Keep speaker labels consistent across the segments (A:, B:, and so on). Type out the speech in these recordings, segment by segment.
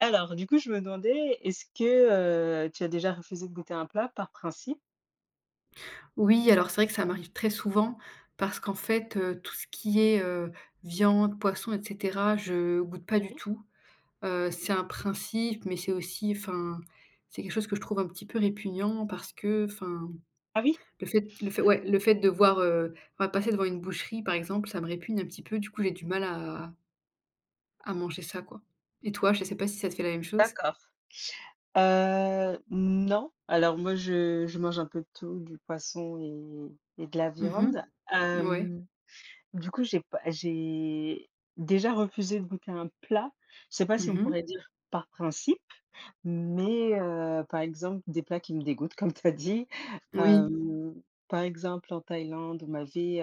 A: Alors, du coup, je me demandais, est-ce que, tu as déjà refusé de goûter un plat par principe?
B: Oui, alors c'est vrai que ça m'arrive très souvent parce qu'en fait, tout ce qui est, viande, poisson et cetera, je goûte pas du
A: Oui.
B: tout. C'est un principe, mais c'est aussi enfin, c'est quelque chose que je trouve un petit peu répugnant parce que, enfin,
A: Ah oui?
B: le fait ouais, le fait de voir, enfin, passer devant une boucherie, par exemple, ça me répugne un petit peu. Du coup, j'ai du mal à manger ça, quoi. Et toi, je sais pas si ça te fait la même chose?
A: D'accord. Non. Alors moi, je mange un peu de tout, du poisson et de la
B: Mmh.
A: viande.
B: Ouais.
A: Hem, du coup, j'ai pas j'ai déjà refusé de goûter un plat. Je sais pas si on
B: Mmh.
A: pourrait dire par principe, mais par exemple, des plats qui me dégoûtent, comme tu as dit.
B: Oui.
A: Hem, Par exemple, en Thaïlande, on m'avait,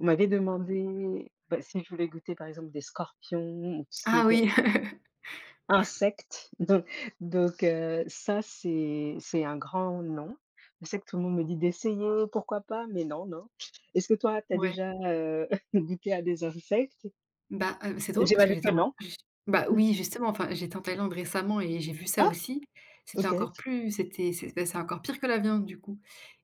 A: On m'avait demandé, bah, si je voulais goûter, par exemple, des scorpions ou tout ce qui
B: Ah
A: était
B: oui.
A: insectes. Donc, ça, c'est un grand non. Je sais que tout le monde me dit d'essayer, pourquoi pas, mais non, non. Est-ce que toi, tu as
B: Ouais.
A: déjà, goûté à des insectes?
B: Bah, c'est drôle parce
A: J'imagine
B: que
A: que
B: j'étais en
A: non?
B: j bah, oui, justement, enfin, j'étais en Thaïlande récemment et j'ai vu ça
A: Ah!
B: aussi. C'était
A: OK.
B: encore plus c'était c'est bah, c'est encore pire que la viande, du coup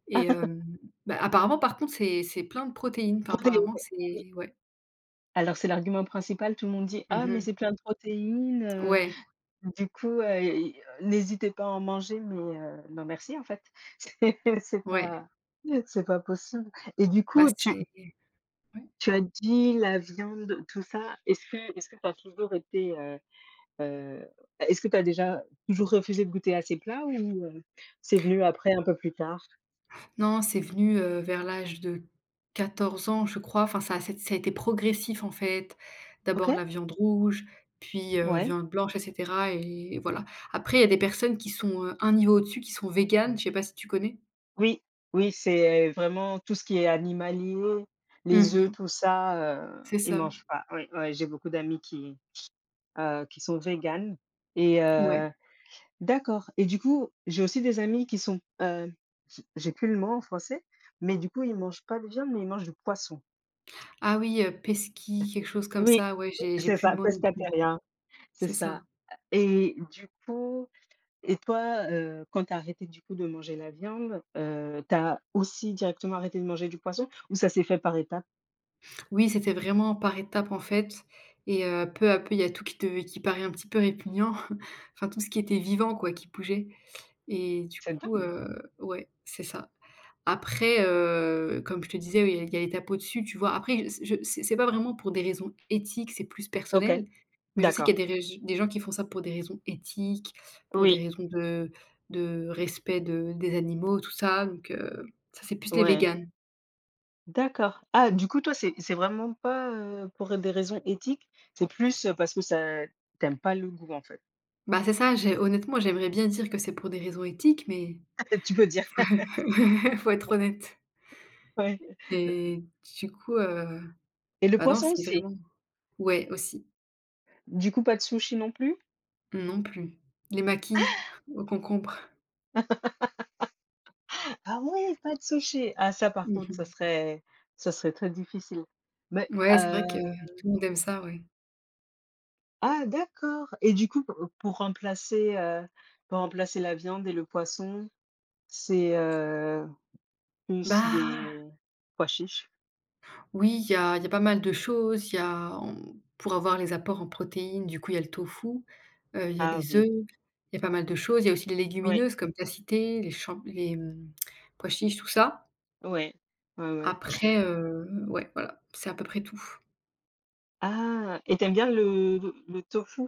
B: et bah, apparemment, par contre, c'est plein de protéines. Enfin,
A: Protéines,
B: apparemment,
A: oui.
B: c'est ouais.
A: Alors c'est l'argument principal, tout le monde dit:
B: Mmh
A: «Ah mais
B: mh.
A: c'est plein de protéines.
B: Ouais,
A: Du coup, et n'hésitez pas à en manger, mais non merci en fait. C'est c'est
B: ouais.
A: pas c'est pas possible et du
B: Bah,
A: coup, tu
B: c'est ouais.
A: tu as dit la viande, tout ça. Est-ce que tu as toujours été, heu, est-ce que tu as déjà toujours refusé de goûter à ces plats ou c'est venu après un peu plus tard?
B: Non, c'est venu, vers l'âge de 14 ans, je crois. Enfin, ça a été progressif, en fait. D'abord
A: OK,
B: la viande rouge, puis,
A: ouais.
B: viande blanche et cetera et voilà. Après, il y a des personnes qui sont, un niveau au-dessus, qui sont véganes,
A: Mmh.
B: je sais pas si tu connais?
A: Oui, oui, c'est vraiment tout ce qui est animalier, les œufs,
B: Mmh.
A: tout ça,
B: C'est
A: ils
B: ça,
A: mangent pas. Oui, ouais, j'ai beaucoup d'amis qui sont véganes et
B: ouais.
A: d'accord et du coup, j'ai aussi des amis qui sont, j'ai plus le mot en français, mais du coup, ils mangent pas de viande, mais ils mangent du poisson.
B: Ah oui, pesky, quelque chose comme
A: Oui.
B: ça, ouais, j'ai
A: C'est
B: plus le
A: ça,
B: mot non plus.
A: pescatariens, c'est
B: C'est
A: ça
B: ça.
A: et du coup et toi, quand tu as arrêté du coup de manger la viande, tu as aussi directement arrêté de manger du poisson ou ça s'est fait par étapes?
B: Oui, c'était vraiment par étapes, en fait et peu à peu, il y a tout qui paraît un petit peu répugnant. Enfin, tout ce qui était vivant, quoi, qui bougeait. Et du
A: C'est
B: coup,
A: dingue.
B: ouais, c'est ça. Après, comme je te disais, il y a les «tapots dessus», tu vois? Après, je c'est pas vraiment pour des raisons éthiques, c'est plus
A: OK,
B: personnel, mais je sais
A: d'accord.
B: qu'il y a des gens qui font ça pour des raisons éthiques, pour des
A: Oui,
B: raisons de respect de des animaux, tout ça, donc ça, c'est plus les
A: ouais.
B: véganes.
A: D'accord. Ah, du coup, toi, c'est vraiment pas, pour des raisons éthiques, c'est plus, parce que ça t'aimes pas le goût, en fait.
B: Bah, c'est ça, j'ai honnêtement, j'aimerais bien dire que c'est pour des raisons éthiques, mais
A: Tu peux dire.
B: faut être honnête
A: Ouais.
B: et du coup,
A: Et le
B: bah, non,
A: poisson
B: c'est
A: aussi?
B: vraiment ouais, aussi.
A: Du coup, pas de sushi non plus?
B: Non plus. Les maquis aux concombres.
A: Ah ouais, pas de sushi! Ah ça, par
B: Mmh
A: contre, ça
B: mh.
A: serait très difficile. Mais,
B: Ouais, c'est vrai que tout le monde aime ça, ouais.
A: ah d'accord! Et du coup, p pour remplacer, heu, pour remplacer la viande et le poisson, c'est, plus
B: Bah,
A: des pois chiches?
B: oui, il y a pas mal de choses. Il y a On pour avoir les apports en protéines, du coup, il y a le tofu, il y a
A: Ah
B: les œufs,
A: oui.
B: il y a pas mal de choses. Il y a aussi les
A: Oui.
B: légumineuses comme tu as cité, les pois chiches, tout ça.
A: Ouais. Ouais, ouais.
B: Après, ouais, voilà, c'est à peu près tout.
A: Ah et t'aimes bien le tofu?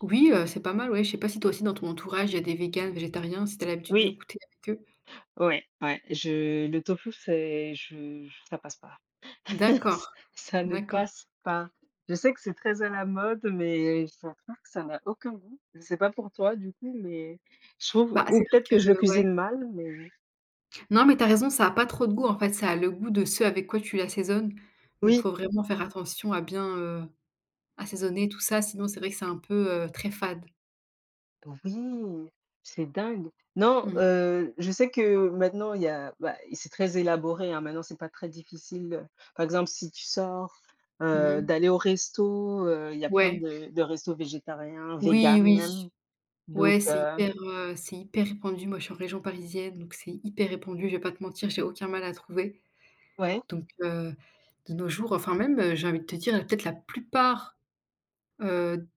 B: Oui, c'est pas mal, ouais. Je sais pas si toi aussi, dans ton entourage, il y a des véganes, végétariens, si tu as l'habitude de
A: Oui,
B: goûter avec eux?
A: ouais, ouais, je le tofu, c'est ça passe pas. Ç
B: D'accord,
A: Ça ne
B: d'accord.
A: passe pas. Je sais que c'est très à la mode, mais je trouve que ça n'a aucun goût. Je sais pas pour toi du coup, mais je trouve
B: Bah,
A: ou
B: c'est vrai
A: peut-être que je le
B: que ouais.
A: cuisine mal, mais
B: Non, mais t'as raison, ça a pas trop de goût, en fait, ça a le goût de ce avec quoi tu l'assaisonnes. Donc
A: oui.
B: faut vraiment faire attention à bien, assaisonner tout ça, sinon c'est vrai que c'est un peu, très fade.
A: Oui, c'est dingue. Non,
B: Mmh mh.
A: je sais que maintenant il y a bah, et c'est très élaboré, hein, maintenant c'est pas très difficile, par exemple si tu sors,
B: Mmh mh.
A: d'aller au resto, il y a plein
B: Ouais.
A: de restos végétariens, vegan
B: Oui,
A: même,
B: oui.
A: donc
B: Ouais, c'est hyper, heu, c'est hyper répandu. Moi, je suis en région parisienne, donc c'est hyper répandu, je vais pas te mentir, j'ai aucun mal à trouver.
A: ouais,
B: Donc de nos jours, enfin même, j'ai envie de te dire, peut-être la plupart, heu,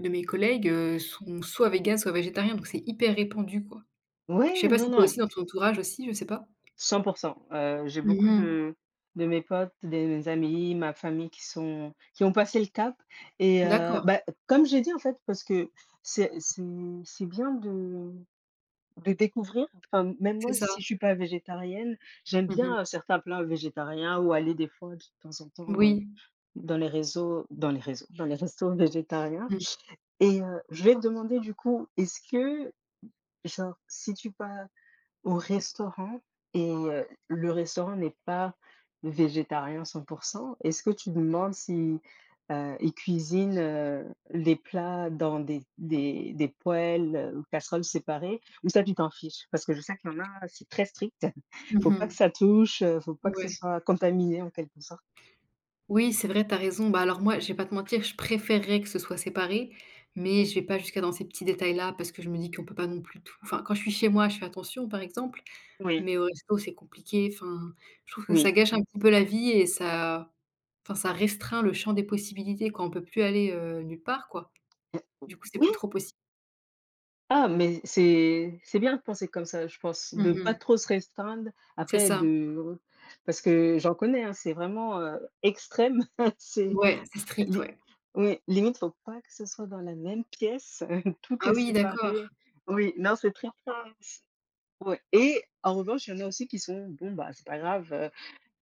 B: de mes collègues, sont soit véganes, soit végétariens, donc c'est hyper répandu, quoi. Je sais
A: ouais,
B: pas
A: non,
B: si toi
A: non,
B: aussi dans ton entourage aussi, je sais pas?
A: 100% j'ai beaucoup
B: Mmh mh.
A: de mes potes, de mes amis, ma famille qui ont passé le cap et
B: D'accord,
A: bah, comme j'ai dit en fait parce que c'est c'est c'est bien de découvrir, enfin, même
B: c'est
A: moi,
B: ça.
A: si je suis pas végétarienne, j'aime
B: Mmh mh.
A: bien, certains plats végétariens ou aller des fois de temps en temps,
B: Oui.
A: dans les restos végétariens
B: Mmh.
A: et je vais te demander du coup, est-ce que genre si tu pas au restaurant et le restaurant n'est pas végétarien 100%. Est-ce que tu demandes si, ils cuisinent, les plats dans des poêles, ou casseroles séparées ou ça tu t'en fiches? Parce que je sais qu'il y en a, c'est très strict.
B: Mmh
A: Faut pas que
B: mh.
A: ça touche, faut pas que ce
B: Ouais.
A: soit contaminé en quelque sorte.
B: Oui, c'est vrai, tu as raison. Bah, alors moi, je vais pas te mentir, je préférerais que ce soit séparé, mais
A: Ouais.
B: je vais pas jusqu'à dans ces petits détails-là parce que je me dis qu'on peut pas non plus tout enfin, quand je suis chez moi, je fais attention, par exemple,
A: Oui,
B: mais au resto, c'est compliqué. Enfin, je trouve que
A: oui,
B: ça gâche un petit peu la vie et ça enfin, ça restreint le champ des possibilités, quoi. On peut plus aller, nulle part, quoi. Du coup, c'est
A: oui.
B: plus trop possible.
A: Ah, mais c'est bien de penser comme ça, je pense,
B: Mmh
A: de pas
B: mh.
A: trop se restreindre.
B: C'est
A: Après
B: ça.
A: de parce que j'en connais, hein, c'est vraiment, extrême. C'est
B: Ouais, c'est strict,
A: li
B: ouais.
A: oui, limite, faut pas que ce soit dans la même pièce, tout est
B: Ah oui, d'accord.
A: séparé. Oui, non, c'est très intense. Ouais et en revanche, il y en a aussi qui sont: «Bon, bah, c'est pas grave,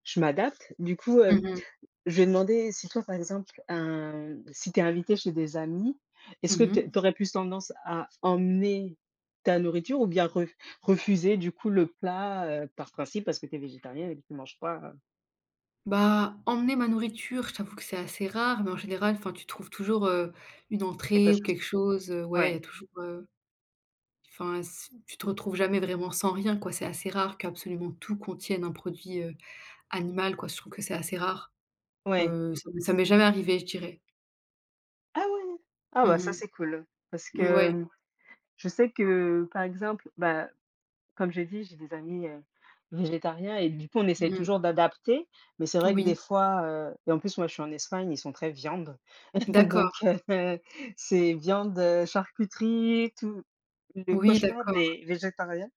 A: je m'adapte». Du coup,
B: Mmh mh.
A: je vais demander si toi, par exemple, si tu es invitée chez des amis, est-ce que
B: Mmh
A: tu
B: mh.
A: aurais plus tendance à emmener ta nourriture ou bien re refuser du coup le plat, par principe parce que tu es végétarienne et que tu manges pas,
B: Bah, emmener ma nourriture, je t'avoue que c'est assez rare, mais en général, enfin, tu trouves toujours, une
A: quelque
B: entrée ou
A: chose?
B: quelque chose, ouais, il y
A: Ouais,
B: a toujours, enfin, s tu te retrouves jamais vraiment sans rien, quoi. C'est assez rare qu'absolument tout contienne un produit, animal, quoi. Je trouve que c'est assez rare.
A: ouais.
B: Ça m'est jamais arrivé, je dirais.
A: Ah ouais? Ah bah ça,
B: Mmh.
A: c'est cool. Parce
B: Ouais.
A: que, je sais que, par exemple, bah, comme j'ai dit, j'ai des amis, végétariens et du coup, on essaye
B: Mmh.
A: toujours d'adapter, mais c'est vrai que des
B: Oui.
A: fois, et en plus, moi, je suis en Espagne, ils sont très viande. Donc
B: D'accord.
A: c'est viande, charcuterie, tout le
B: Oui,
A: cauchemar
B: d'accord.
A: des végétariens.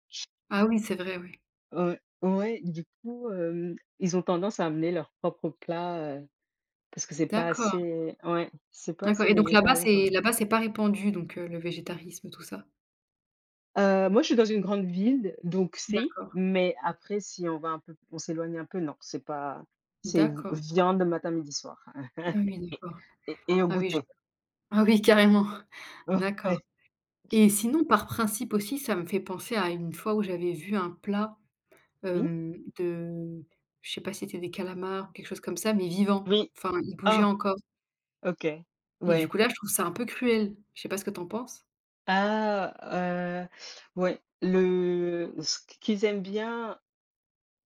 B: Ah oui, c'est vrai, oui
A: Ouais, du coup, ils ont tendance à amener leurs propres plats, parce que c'est pas
B: D'accord,
A: assez ouais, c'est pas
B: d'accord
A: assez
B: et donc là-bas,
A: végétarien par
B: c'est là-bas, c'est pas répandu donc, le végétarisme, tout ça?
A: moi, je suis dans une grande ville, donc si,
B: D'accord,
A: mais après si on va un peu on s'éloigne un peu, non, c'est pas c'est v
B: d'accord.
A: viande matin, midi, soir
B: Ah oui,
A: et
B: d'accord.
A: et au
B: Ah oui,
A: goûter.
B: ah oui, carrément. D'accord
A: Ouais,
B: et sinon, par principe aussi, ça me fait penser à une fois où j'avais vu un plat,
A: oui,
B: de je sais pas si c'était des calamars ou quelque chose comme ça, mais vivant.
A: oui.
B: Enfin, il bougeait
A: Ah!
B: encore
A: OK.
B: et du
A: Ouais.
B: coup là, je trouve ça un peu cruel. Je sais pas ce que t'en penses?
A: Ah, ouais, le ce qu'ils aiment bien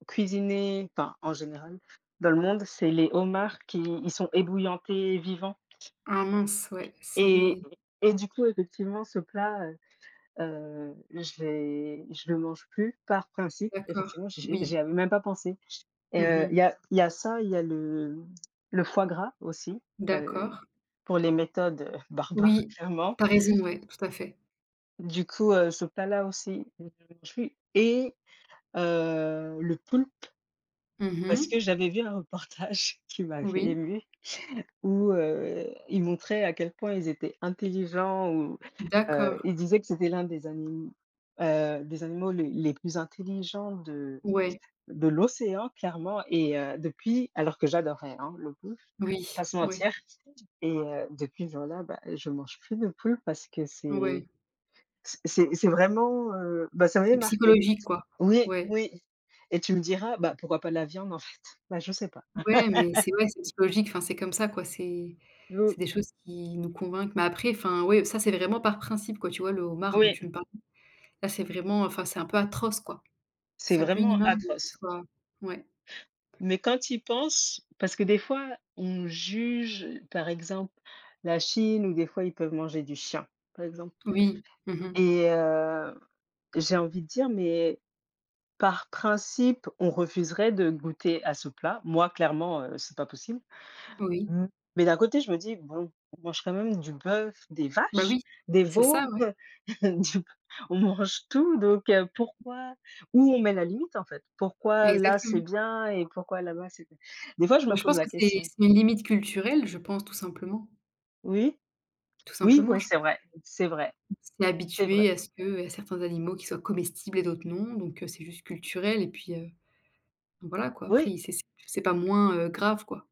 A: cuisiner, enfin, en général, dans le monde, c'est les homards qui ils sont ébouillantés vivants
B: Ah mince, ouais,
A: et
B: c'est
A: et du coup, effectivement, ce plat, je le mange plus par principe.
B: d'accord.
A: Effectivement, j'y
B: Oui.
A: j'y avais même pas pensé et il
B: Mmh.
A: y a il y a ça, il y a le foie gras aussi, bah, ouais,
B: D'accord.
A: pour les méthodes, barbares,
B: Oui,
A: clairement.
B: t'as raison, ouais, tout à fait.
A: Du coup, ce plat-là aussi, je ne mange plus et le poulpe, parce que
B: Mmh.
A: j'avais vu un reportage qui m'avait
B: Oui.
A: émue où, ils montraient à quel point ils étaient intelligents ou,
B: D'accord.
A: ils disaient que c'était l'un des anim des animaux les plus intelligents de
B: Ouais.
A: de l'océan clairement et depuis alors que j'adorais, hein, le poulpe, faut pas
B: Oui.
A: se
B: Ouais.
A: mentir et depuis ce jour-là, bah, je mange plus de poulpe parce que c'est
B: Ouais.
A: c'est c'est c'est vraiment, bah, ça m'avait
B: C'est
A: marquée.
B: psychologique, quoi.
A: Oui,
B: Ouais.
A: oui et tu me diras, bah, pourquoi pas de la viande en fait? Bah, je sais pas.
B: Ouais, mais c'est ouais, c'est psychologique, enfin, c'est comme ça, quoi. C'est
A: Heu,
B: c'est des choses qui nous convainquent. Mais après, enfin, ouais, ça, c'est vraiment par principe, quoi. Tu vois, le homard dont
A: oui,
B: tu me parles, là, c'est vraiment enfin, c'est un peu atroce, quoi.
A: c'est
B: C'est un peu
A: vraiment
B: inhumain de qu'il
A: atroce.
B: soit ouais.
A: Mais quand tu y penses parce que des fois, on juge, par exemple, la Chine ou des fois ils peuvent manger du chien, par exemple
B: Oui. Mmh.
A: et j'ai envie de dire, mais par principe, on refuserait de goûter à ce plat. Moi, clairement, c'est pas possible.
B: Oui.
A: Mmh. Mais d'un côté, je me dis: «Bon, on mange quand même du bœuf, des
B: Bah,
A: vaches,
B: oui,
A: des
B: c'est
A: veaux,
B: ça, ouais.
A: du on mange tout, donc pourquoi?» Où on met la limite, en fait? Pourquoi là, c'est
B: Exactement.
A: bien et pourquoi là-bas, c'est des fois, je
B: Bah,
A: me
B: je
A: pose
B: pense
A: la
B: que c'est
A: question.
B: c'est une limite culturelle, je pense, tout simplement.
A: Oui,
B: Tout
A: oui,
B: simplement,
A: ouais,
B: je
A: c'est
B: pense
A: vrai, c'est vrai,
B: qu'on s'est
A: c'est vrai.
B: habitué à ce que à certains animaux qui soient comestibles et d'autres non, donc c'est juste culturel et puis, voilà, quoi.
A: Oui,
B: Après, c'est pas moins, grave, quoi.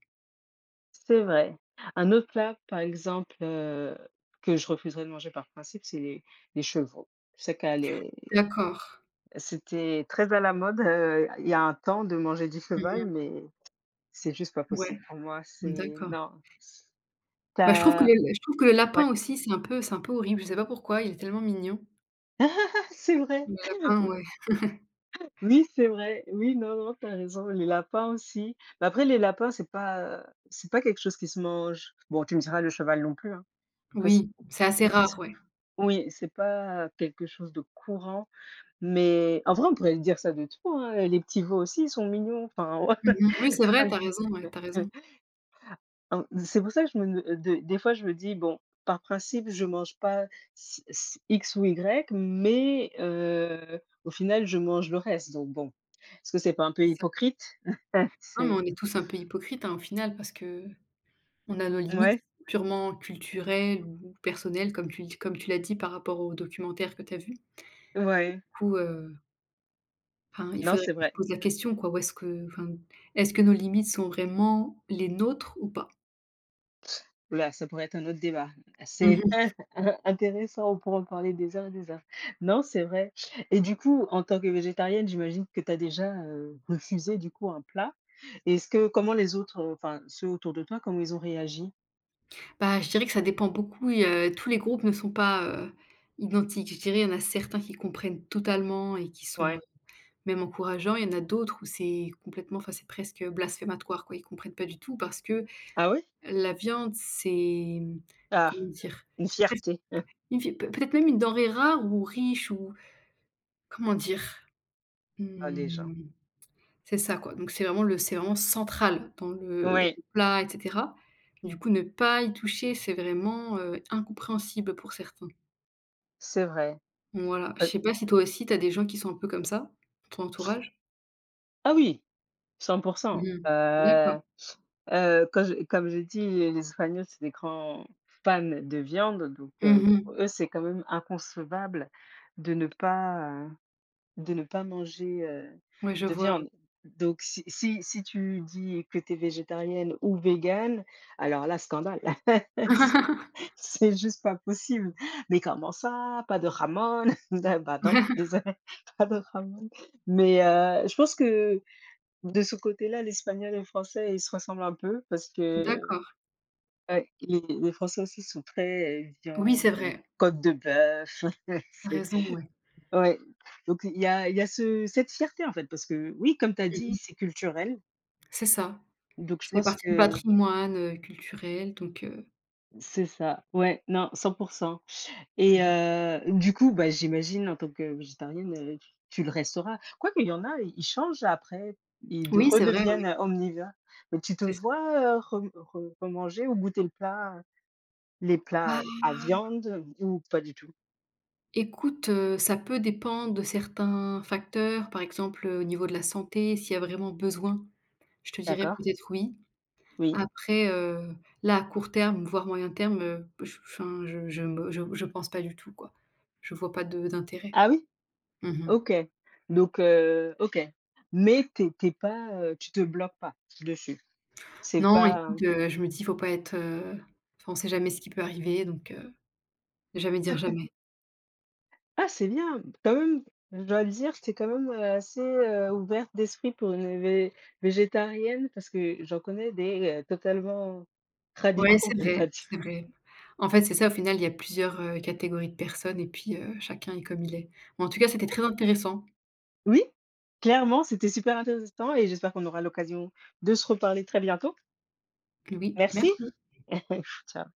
A: c'est vrai. Un autre plat, par exemple, que je refuserais de manger par principe, c'est les chevreaux. Je sais qu'à les
B: D'accord.
A: c'était très à la mode, il y a un temps de manger du
B: Mmh
A: cheval,
B: mh.
A: mais c'est juste pas possible
B: Ouais,
A: pour moi, c'est
B: d'accord.
A: non,
B: Bah, je trouve que
A: t'as
B: le
A: ouais,
B: lapin aussi, c'est un peu horrible. Je sais pas pourquoi, il est tellement mignon.
A: c'est vrai.
B: Le lapin,
A: Ouais.
B: ouais.
A: Oui, c'est vrai. Oui, non, non, t'as raison, les lapins aussi. Mais après les lapins, c'est pas, quelque chose qui se mange. Bon, tu me diras le cheval non plus, hein, parce
B: Oui,
A: que
B: c'est assez rare, ouais.
A: oui, c'est pas quelque chose de courant, mais en vrai, on pourrait dire ça de tout, hein, les petits veaux aussi, ils sont mignons, enfin,
B: Mmh mh. Oui, c'est vrai, tu as raison, ouais, tu as
A: ouais.
B: raison.
A: C'est pour ça que je me de des fois je me dis: «Bon, par principe, je mange pas c c X ou Y, mais au final, je mange le reste», donc bon. Est-ce que c'est pas un peu
B: C'est ça.
A: hypocrite?
B: Non, mais
A: C'est
B: on est tous un peu hypocrites, hein, au final, parce qu'on a nos limites
A: Ouais,
B: purement culturelles ou personnelles, comme tu l'as dit par rapport au documentaire que tu as vu. Du
A: ouais.
B: coup, enfin, il
A: Non,
B: faudrait
A: c'est
B: qu'on se
A: vrai.
B: pose la question, quoi, où est-ce que enfin, est-ce que nos limites sont vraiment les nôtres ou pas?
A: Ouh là, ça pourrait être un autre débat. C'est
B: Mmh mh.
A: intéressant, on pourra en parler des heures et des heures. Non, c'est vrai et du coup, en tant que végétarienne, j'imagine que tu as déjà, refusé, du coup, un plat. Est-ce que comment les autres, enfin, ceux autour de toi, comment ils ont réagi?
B: Bah, je dirais que ça dépend beaucoup et tous les groupes ne sont pas, identiques. Je dirais, il y en a certains qui comprennent totalement et qui sont,
A: Ouais.
B: même encourageants. Il y en a d'autres où c'est complètement enfin, c'est presque blasphématoire, quoi. Ils comprennent pas du tout parce que
A: Ah oui?
B: la viande, c'est,
A: Ah,
B: comment dire?
A: une
B: Presque
A: fierté,
B: une vie peut-être même une denrée rare ou riche ou comment dire?
A: ah les gens,
B: Mmh, c'est ça, quoi. Donc c'est vraiment central dans le dans
A: oui,
B: le plat et cetera. Du coup, ne pas y toucher, c'est vraiment, incompréhensible pour certains.
A: c'est vrai.
B: Voilà, je
A: Heu,
B: sais pas si toi aussi tu as des gens qui sont un peu comme ça, ton entourage?
A: ah oui, cent.
B: Mmh. D'accord.
A: Heu quand je comme je dis, les Espagnols, c'est des grands fans de viande, donc
B: Mmh.
A: pour eux, c'est quand même inconcevable de ne pas, de ne pas, manger,
B: Ouais, je
A: de
B: vois, ouais.
A: viande. Donc si tu dis que tu es végétarienne ou végane, alors là, scandale. C'est juste pas possible. Mais comment ça? Pas de Ramon? Ah bah, non, désolé pas de Ramon. Mais, je pense que de ce côté-là, l'espagnol et le français, ils se ressemblent un peu parce que,
B: D'accord.
A: ouais, les français aussi sont très,
B: Oui, c'est
A: viande,
B: vrai,
A: côte de bœuf,
B: tu
A: c'est
B: raison, ouais.
A: ouais. Donc il y a ce cette fierté, en fait, parce que oui, comme tu as dit,
B: Mmh.
A: c'est culturel.
B: C'est ça.
A: Donc je
B: Ça fait
A: pense
B: partie du
A: que
B: patrimoine, culturel, donc
A: c'est ça. Ouais, non, cent pour cent. Et
B: mmh.
A: du coup, bah, j'imagine en tant que végétarienne, tu le resteras. Quoique il y en a, ils changent après, ils de
B: Oui, c'est vrai, ouais,
A: redeviennent omnivores. Mais tu te
B: c'est ça.
A: vois, remanger ou goûter le plat, les
B: Bah,
A: plats à viande ou pas du tout?
B: écoute, ça peut dépendre de certains facteurs, par exemple, au niveau de la santé, s'il y a vraiment besoin, je te dirais
A: D'accord,
B: peut-être oui.
A: oui.
B: Après, là, à court terme, voire moyen terme, je enfin, je me je pense pas du tout, quoi. Je vois pas de d'intérêt.
A: Ah oui?
B: Mmh.
A: OK. Donc OK. Mais tu es pas, tu te bloques pas dessus? C'est
B: Non,
A: pas.
B: écoute, je me dis: «Faut pas être» enfin, on sait jamais ce qui peut arriver, donc jamais dire jamais.
A: Ah, c'est bien! Quand même, je dois le dire, tu quand même, assez, ouverte d'esprit pour une vé végétarienne parce que j'en connais des, totalement
B: Ouais,
A: radicaux,
B: c'est
A: on va
B: vrai,
A: dire.
B: c'est vrai. En fait, c'est ça, au final, il y a plusieurs, catégories de personnes et puis, chacun est comme il est. Bon, en tout cas, c'était très intéressant.
A: Oui, clairement, c'était super intéressant et j'espère qu'on aura l'occasion de se reparler très bientôt.
B: Oui,
A: Merci.
B: merci.
A: Ciao.